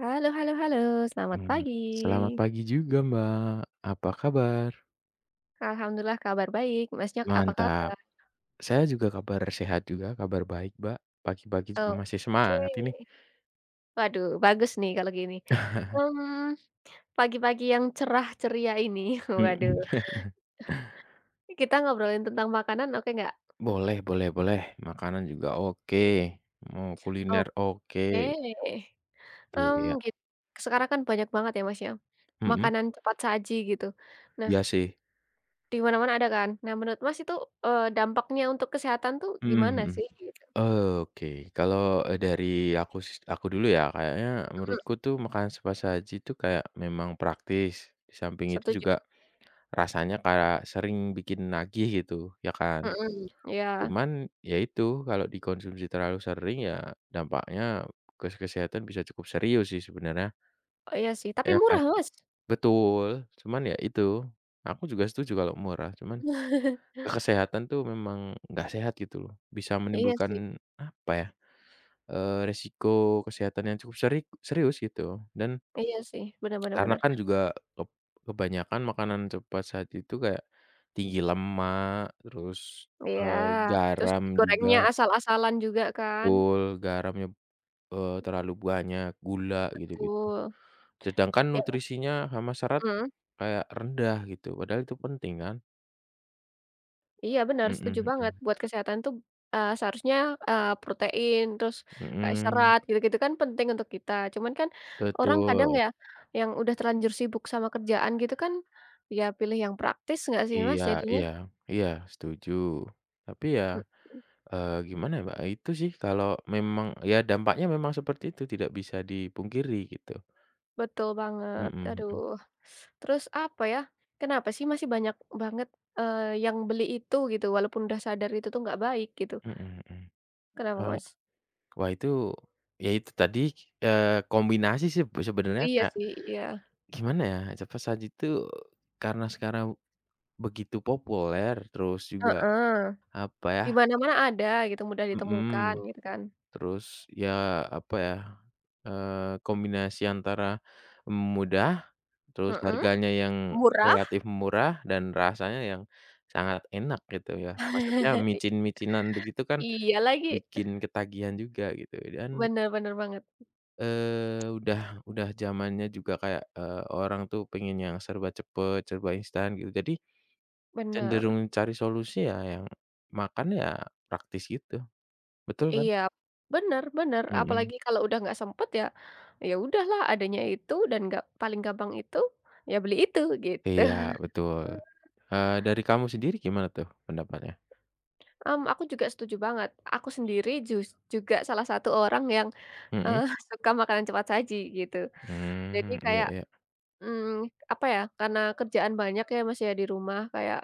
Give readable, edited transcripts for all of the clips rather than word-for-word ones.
Halo halo halo, selamat Mmm, pagi. Selamat pagi juga, Mbak. Apa kabar? Alhamdulillah kabar baik, Masnya apa Mantap. kabar? Saya juga kabar sehat juga, kabar baik, Mbak. Pagi-pagi juga Oh, masih semangat ini. oke. Waduh, bagus nih kalau gini. Mmm, Pagi-pagi yang cerah ceria ini, waduh, Mhm. kita ngobrolin tentang makanan oke nggak? Boleh boleh boleh. Makanan juga oke, mau kuliner oke. Oke. Iya, Gitu sekarang kan banyak banget ya, Mas, ya, mhm. makanan cepat saji gitu. Nah, Iya sih. di mana-mana ada kan. Nah, menurut Mas itu, dampaknya untuk kesehatan tuh Mhm gimana mhm. sih gitu? Oke, kalau, dari aku dulu ya, kayaknya Mhm, menurutku tuh makanan cepat saji tuh kayak memang praktis, di samping itu setuju. juga rasanya kayak sering bikin nagih gitu, ya kan. Mhm, iya. Cuman ya itu, kalau dikonsumsi terlalu sering ya dampaknya ke kesehatan bisa cukup serius sih sebenarnya, Oh, iya sih, tapi ya kan? murah, Mas. Betul, cuman ya itu, aku juga setuju kalau murah, cuman ke kesehatan tuh memang nggak sehat gitu loh. Bisa Iya sih menimbulkan apa ya, resiko kesehatan yang cukup serius gitu dan iya sih, bener bener karena bener. kan juga kep kebanyakan makanan cepat saat itu kayak tinggi lemak, terus, Iya, eee, terus garam juga digorengnya asal-asalan juga kan. betul, garamnya, terlalu banyak, gula gitu-gitu. Betul, Sedangkan iya, nutrisinya sama serat mhm, kayak rendah gitu, padahal itu penting kan? iya bener, Mhm setuju banget. mhm, Buat kesehatan tuh, seharusnya, protein, terus kayak mhm, serat, gitu-gitu kan penting untuk kita. Cuman kan orang kadang betul. ya, yang udah terlanjur sibuk sama kerjaan gitu kan, ya pilih yang praktis nggak sih, Mas, Iya jadinya? iya iya, setuju. Tapi ya, Mhm. Gimana ya, Mbak, itu sih kalau memang ya dampaknya memang seperti itu, tidak bisa dipungkiri gitu. Betul banget, Mhm mhm aduh. Terus apa ya, kenapa sih masih banyak banget, yang beli itu gitu walaupun udah sadar itu tuh nggak baik gitu, mhm mhm. kenapa Eee, Mas? wah itu, ya itu tadi, kombinasi sih Oh sebenarnya iya kayak, sih, iya, gimana ya, cepat saji itu karena sekarang begitu populer, terus juga, heeh, apa ya, di mana-mana ada gitu mudah ditemukan mhm, gitu kan, terus ya, apa ya, kombinasi antara mudah, terus mhm, harganya yang murah, relatif murah, dan rasanya yang sangat enak gitu ya. Maksudnya micin-micinan begitu kan iya lagi, bikin ketagihan juga gitu, dan bener bener banget, Eee, udah zamannya juga kayak, orang tuh pengen yang serba cepet, serba instan gitu. Jadi cenderung bener, cari solusi ya yang makan ya praktis gitu, betul kan? iya, bener bener Mhm. apalagi kalau udah nggak sempet ya, ya udahlah adanya itu dan nggak paling gampang itu, ya beli itu gitu. Iya, betul. Dari kamu sendiri gimana tuh pendapatnya? Aku juga setuju banget. Aku sendiri juga salah satu orang yang, Mhm. eee, suka makanan cepat saji gitu. Jadi Iya kayak, iya. Mmm, apa ya, karena kerjaan banyak ya, Mas, ya, di rumah kayak,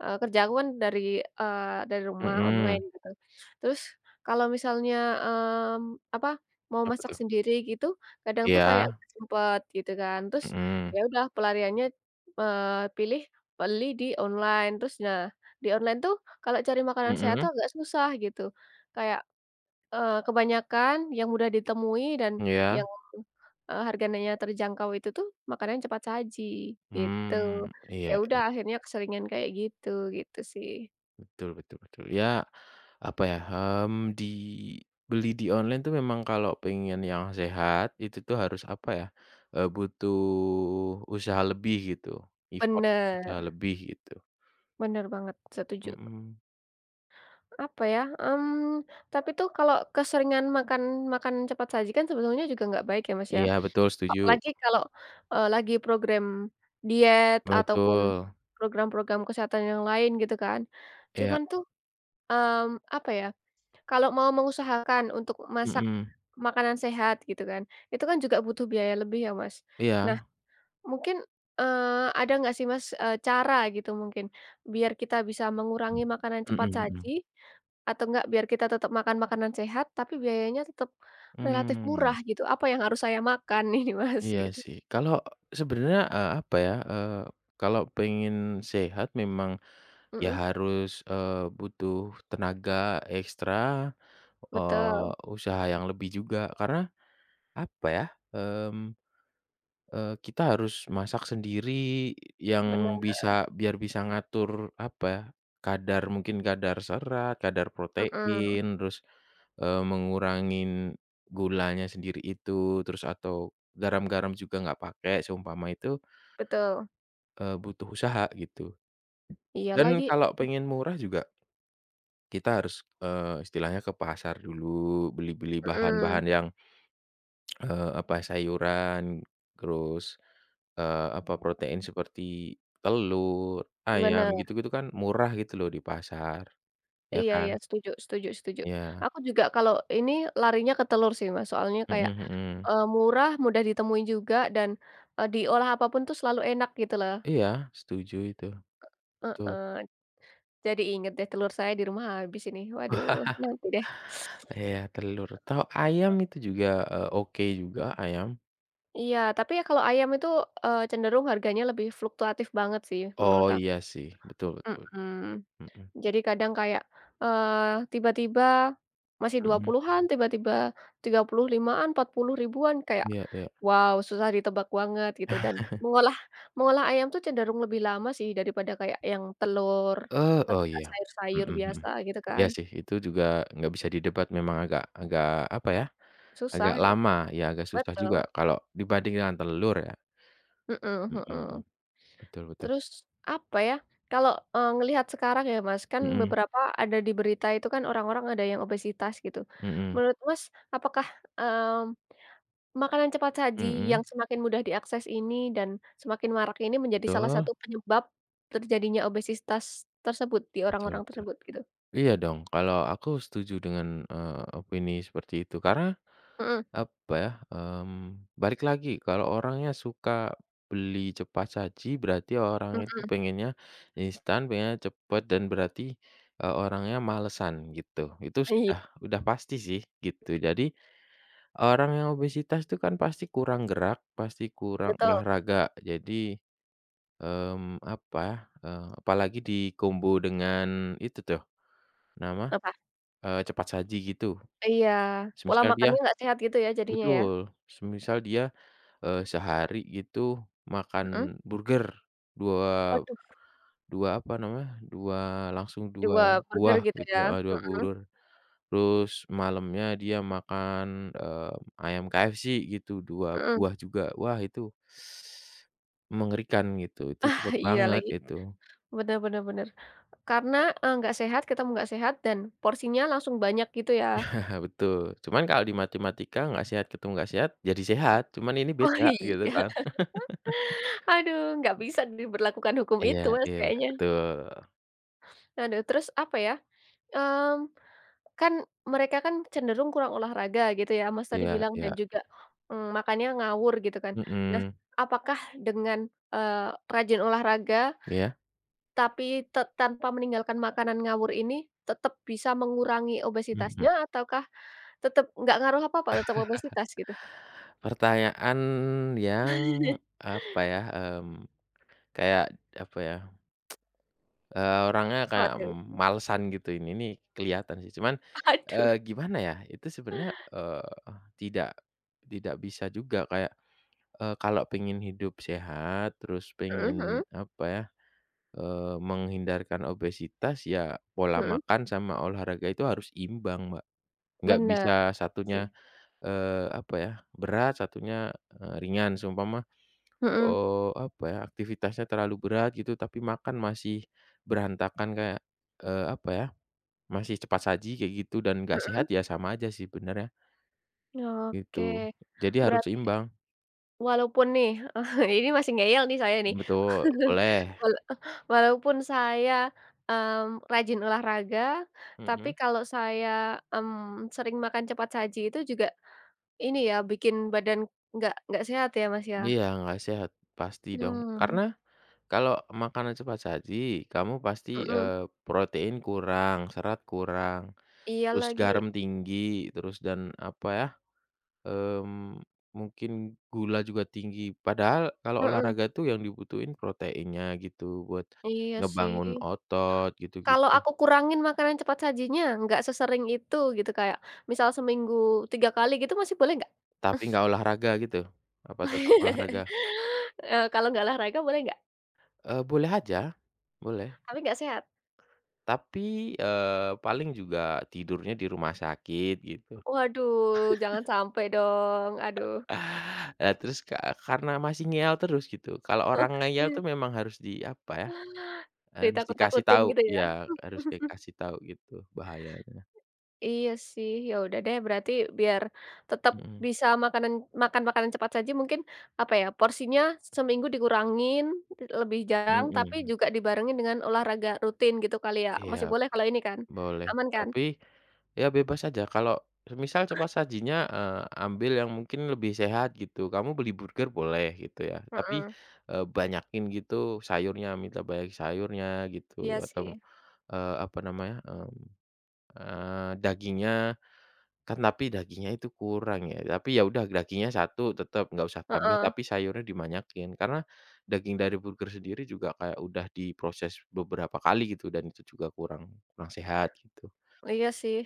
kerja aku kan dari, dari rumah online Mhm. gitu. Terus kalau misalnya, mmm, apa, mau Apa masak tuh? sendiri gitu, kadang tuh kayak Iya. nggak sempet gitu kan. Terus Mhm. ya udah pelariannya, pilih beli di online. Terus nah, di online tuh kalau cari makanan sehat Mhm. tuh agak susah gitu. Kayak kebanyakan yang mudah ditemui dan Iya. yang, harganya terjangkau itu tuh makanan cepat saji, gitu. Iya. Ya udah akhirnya keseringan kayak gitu, gitu sih. Betul betul betul. Ya, apa ya, di beli di online tuh memang kalau pengen yang sehat, itu tuh harus apa ya, butuh usaha lebih gitu, effort usaha Bener, lebih gitu. bener banget, setuju. Mhm. Apa ya, tapi tuh kalau keseringan makan makan cepat saji kan sebetulnya juga nggak baik ya, Mas, ya. Iya betul setuju, Apalagi kalau, lagi program diet ataupun betul. program-program kesehatan yang lain gitu kan. Iya, Cuman tuh, mmm, apa ya. Kalau mau mengusahakan untuk masak mhm. makanan sehat gitu kan, itu kan juga butuh biaya lebih ya, Mas. Nah, Iya. mungkin, eee, ada nggak sih, Mas, cara gitu mungkin biar kita bisa mengurangi makanan Mhm cepat saji mhm. atau enggak biar kita tetap makan makanan sehat tapi biayanya tetap relatif Mmm. murah gitu, apa yang harus saya makan ini, Mas, Iya gitu? sih. Kalau sebenarnya, apa ya, kalau pengen sehat memang ya Mhm, harus, butuh tenaga ekstra, eee, betul, usaha yang lebih juga karena apa ya, mmm kita harus masak sendiri bener, yang bisa biar bisa ngatur apa ya, kadar mungkin kadar serat, kadar mhm, protein, terus, mengurangin gulanya sendiri itu, terus atau garam-garam juga nggak pakai seumpama itu, betul. Butuh usaha gitu. Iya Dan lagi, kalau pengen murah juga kita harus, istilahnya ke pasar dulu, beli-beli bahan-bahan mhm, yang apa, sayuran, terus, apa, protein seperti telur, ayam, bener. gitu-gitu kan murah gitu loh di pasar, ya Iya kan? iya, setuju setuju setuju. Iya, Aku juga kalau ini larinya ke telur sih, Mas, soalnya mhm kayak, mhm. Murah, mudah ditemuin juga dan, diolah apa pun tuh selalu enak gitu loh. Iya, setuju itu, betul. Heeh, jadi inget deh telur saya di rumah habis ini. Wah, Waduh, nanti deh. iya telur, atau ayam itu juga, oke juga ayam. Iya, tapi ya kalau ayam itu, cenderung harganya lebih fluktuatif banget sih Oh menurut aku. iya sih, betul betul, Mhm. mhm Jadi kadang kayak, tiba-tiba masih mhm, 20-an, tiba-tiba 35-an, 40 ribuan kayak, iya iya. wow, susah ditebak banget gitu dan mengolah mengolah ayam tuh cenderung lebih lama sih daripada kayak yang telur Eee, atau oh enggak iya, sayur-sayur mhm mhm. biasa gitu Iya kan, sih, itu juga nggak bisa didebat memang agak agak, apa ya, susah agak gitu. lama, ya agak susah Betul, juga kalau dibanding dengan telur ya. mhm Mhm mhm. mhm, betul betul. Terus apa ya, kalau, ngelihat sekarang ya Mas, kan Mhm beberapa ada di berita itu kan orang-orang ada yang obesitas gitu. mhm Menurut Mas, apakah, mmm, makanan cepat saji yang mhm, semakin mudah diakses ini dan semakin marak ini menjadi salah betul satu penyebab terjadinya obesitas tersebut di betul orang-orang betul. tersebut gitu. Iya dong, kalau aku setuju dengan, opini seperti itu karena Mhm apa ya, balik lagi kalau orangnya suka beli cepat saji berarti orang itu mhm. pengennya instan, pengennya cepet dan berarti, orangnya malesan gitu. Itu Iya, sudah udah pasti sih gitu. Jadi orang yang obesitas itu kan pasti kurang gerak, pasti kurang betul. olahraga. Jadi, apa, apalagi dikombo dengan itu tuh, nama, Apa? Cepat saji gitu. Iya, pola Semisal dia makannya nggak sehat gitu ya jadinya ya? betul, semisal dia, sehari gitu Mhm. makan burger, dua Waduh, 2 apa namanya, 2 langsung 2 2 burger buah gitu ya? gitu heeh, 2 Mhm burger. Terus malamnya dia makan, eee, ayam KFC gitu, dua mhm. buah juga. Wah itu mengerikan gitu, itu Ah, cepet iya banget lagi. itu. Bener bener bener. Karena, nggak sehat, ketemu nggak sehat dan porsinya langsung banyak gitu ya? Betul. Cuman kalau di matematika nggak sehat ketemu nggak sehat, jadi sehat, cuman ini Oh beda gitu iya. kan. Aduh, nggak bisa diberlakukan hukum Iya itu Mas iya, kayaknya. betul. Aduh, terus apa ya, mmm, kan mereka kan cenderung kurang olahraga gitu ya, Mas, tadi Iya bilang iya, dan juga, makannya ngawur gitu kan. Nah, mhm, apakah dengan, rajin olahraga iya, tapi tanpa meninggalkan makanan ngawur ini tetap bisa mengurangi mhm. obesitasnya ataukah tetap nggak ngaruh apa-apa, tetap obesitas gitu? Pertanyaan yang apa ya, mmm, kayak apa ya, orangnya Apa kayak tuh? malesan gitu ini kelihatan sih cuman, Aduh, gimana ya itu sebenarnya, tidak tidak bisa juga kayak, kalau pengen hidup sehat terus mhm pengen mhm apa ya, menghindarkan obesitas ya pola mhm, makan sama olahraga itu harus imbang, Mbak, nggak bener bisa sih, satunya, apa ya berat satunya, ringan seumpama mhm apa ya, aktivitasnya terlalu berat gitu, tapi makan masih berantakan kayak, apa ya, masih cepat saji kayak gitu dan nggak sehat mhm, ya sama aja sih benernya, oke. gitu. Jadi harus Berat. seimbang. Walaupun nih, ini masih ngeyel nih saya nih. Betul, boleh, Wala walaupun saya, rajin olahraga, tapi mhm. kalau saya, sering makan cepat saji itu juga ini ya, bikin badan nggak sehat ya, Mas, ya. Iya, nggak sehat, pasti dong. Karena Mmm, kalau makanan cepat saji, kamu pasti, mhm, protein kurang, serat kurang, iya terus lagi, garam tinggi, terus dan apa ya, Mmm, mungkin gula juga tinggi, padahal kalau mhm, olahraga tuh yang dibutuhin proteinnya gitu buat iya sih. ngebangun otot Kalau gitu-gitu. aku kurangin makanan cepat sajinya, nggak sesering itu gitu, kayak misal seminggu 3 kali gitu masih boleh nggak? Tapi nggak olahraga gitu? Apa tetap olahraga? Kalau nggak olahraga boleh nggak? Boleh aja, boleh. Tapi nggak sehat. Tapi, paling juga tidurnya di rumah sakit gitu. Waduh, jangan sampai dong, aduh. Nah terus karena masih ngeyel terus gitu, kalau orang ngeyel tuh memang harus di apa ya, harus dikasih Ditakut-takutin tahu, gitu ya? iya harus dikasih tahu gitu bahayanya. Iya sih, ya udah deh berarti biar tetap Mhm, bisa makan makanan cepat saji mungkin, apa ya, porsinya seminggu dikurangin, lebih jarang, tapi mhm. juga dibarengin dengan olahraga rutin gitu kali ya? Iya, Masih boleh kalau ini kan? boleh. Aman kan? Tapi, ya bebas aja kalau semisal cepat sajinya, ambil yang mungkin lebih sehat gitu, kamu beli burger boleh gitu ya, tapi, Mhm, banyakin gitu sayurnya, minta banyak sayurnya gitu iya atau, sih, apa namanya, dagingnya. Kan tapi dagingnya itu kurang ya, tapi ya udah dagingnya satu tetep, nggak usah tambah, heeh, tapi sayurnya dibanyakin. Karena daging dari burger sendiri juga kayak udah diproses beberapa kali gitu dan itu juga kurang kurang sehat gitu. iya sih,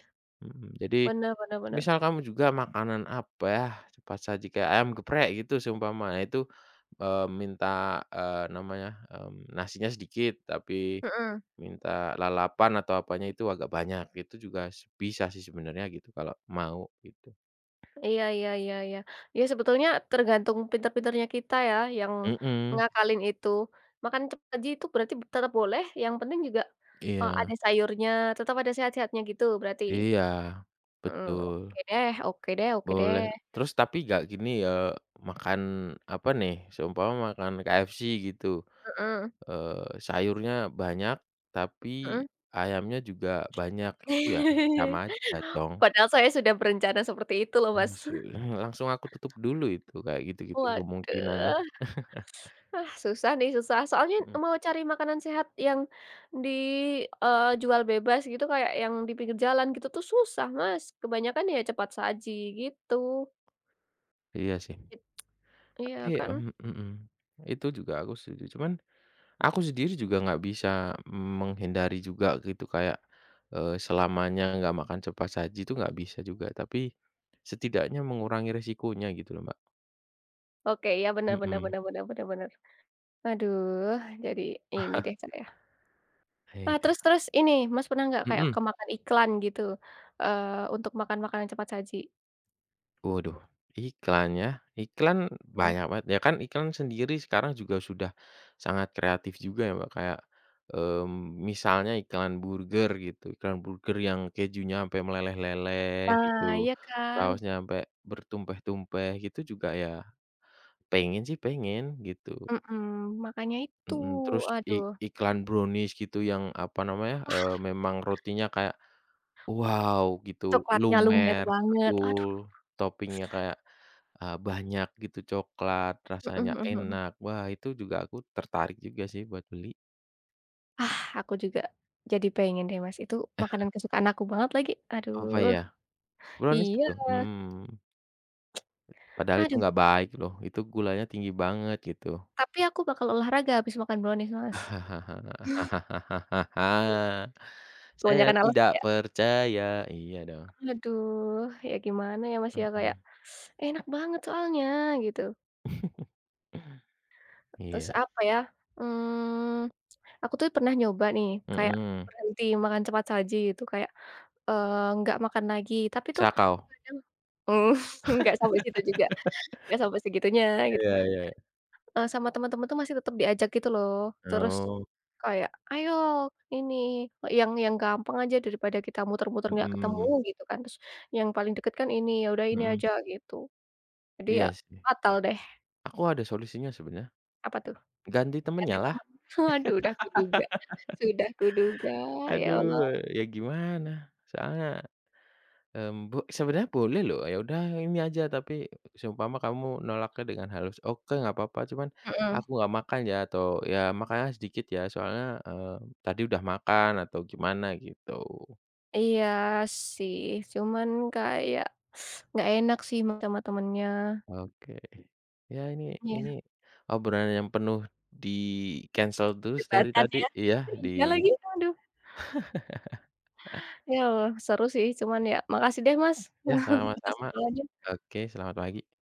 Mhm, jadi bener bener bener, misal kamu juga makanan apa ya, cepat saji kayak ayam geprek gitu seumpama, nah itu, minta, namanya, nasinya sedikit, tapi mhm. minta lalapan atau apanya itu agak banyak, itu juga bisa sih sebenarnya gitu kalau mau gitu. Iya iya iya iya. Ya sebetulnya tergantung pinter-pinternya kita ya yang Mhm. ngakalin itu. Makan cepat saji itu berarti tetap boleh, yang penting juga, Iya ada sayurnya, tetap ada sehat-sehatnya gitu berarti? iya, Mhm, betul, oke deh oke deh oke boleh. deh. Terus tapi nggak gini ya, makan apa nih, seumpama makan KFC gitu, Mhm sayurnya banyak, tapi mhm. ayamnya juga banyak, itu ya sama aja dong. Padahal saya sudah berencana seperti itu loh Mas. Langsu mhm, langsung aku tutup dulu itu, kayak gitu-gitu kemungkinannya. Waduh. Ah, susah nih, susah. Soalnya Mhm, mau cari makanan sehat yang di jual bebas gitu, kayak yang di pinggir jalan gitu tuh susah, Mas. Kebanyakan ya cepat saji gitu. iya sih. It iya Tapi kan? Mhm, itu juga aku setuju, cuman aku sendiri juga nggak bisa menghindari juga gitu kayak, selamanya nggak makan cepat saji itu nggak bisa juga, tapi setidaknya mengurangi resikonya gitu loh, Mbak. Oke, ya benar-benar Mhm, benar-benar benar-benar. Aduh, jadi ini deh saya. Nah, terus iya, terus ini, Mas pernah nggak kayak mhm, kemakan iklan gitu, eee, untuk makan makanan cepat saji? waduh, iklan ya, iklan Mhm. banyak banget ya kan iklan sendiri sekarang juga sudah sangat kreatif juga ya, Mbak, kayak, mmm, misalnya iklan burger gitu, iklan burger yang kejunya sampai meleleh-leleh gitu, Nah, iya kan? sausnya sampai bertumpah-tumpah gitu juga ya, pengen sih pengen gitu, Mhm, makanya itu. mhm, terus i Aduh, iklan brownies gitu yang apa namanya, memang rotinya kayak wow gitu, coklatnya lumer lumer, banget. betul, Aduh, topping-nya kayak, banyak gitu coklat, rasanya enak. Wah itu juga aku tertarik juga sih buat beli. ah, aku juga jadi pengen deh, Mas, itu makanan kesukaan aku banget lagi. Apa Aduh, ya, brownies iya, itu? Padahal itu aduh, nggak baik loh, itu gulanya tinggi banget gitu. tapi aku bakal olahraga habis makan brownies, Mas. Saya Kebanyakan alasan tidak ya? percaya, iya dong. Aduh, ya gimana ya, Mas, ya, kayak Mhm. enak banget soalnya gitu. Terus Iya, apa ya, hmm aku tuh pernah nyoba nih kayak mhm, berhenti makan cepat saji gitu, kayak, nggak makan lagi, tapi tuh sakau? kadang nggak sampai situ juga, nggak sampai segitunya gitu. Iya iya. Sama teman-teman tuh masih tetap diajak gitu loh. Terus Oh, kayak, "Ayo ini, yang gampang aja daripada kita muter-muter nggak ketemu," mhm, gitu kan. Terus, "Yang paling deket kan ini, ya udah ini mhm, aja," gitu. Jadi ya iya sih. batal deh. Aku ada solusinya sebenarnya, Apa tuh? ganti Ganti temennya lah. teman. Aduh, udah kuduga sudah kuduga, ya Allah. Aduh, ya gimana, soalnya, mmm, bo sebenarnya boleh loh, ya udah ini aja tapi seumpama kamu nolaknya dengan halus, oke nggak apa-apa cuman Mhm. aku nggak makan ya atau ya makannya sedikit ya soalnya, tadi udah makan atau gimana gitu. Iya sih, cuman kayak nggak enak sih sama temennya. Oke. Ya ini Iya, obrolan yang penuh di-cancel terus dari perdebatan tadi ya. iya di Iya lagi, aduh. Ya seru sih, cuman ya makasih deh Mas, ya atas sama-sama. obrolannya. Oke, selamat pagi.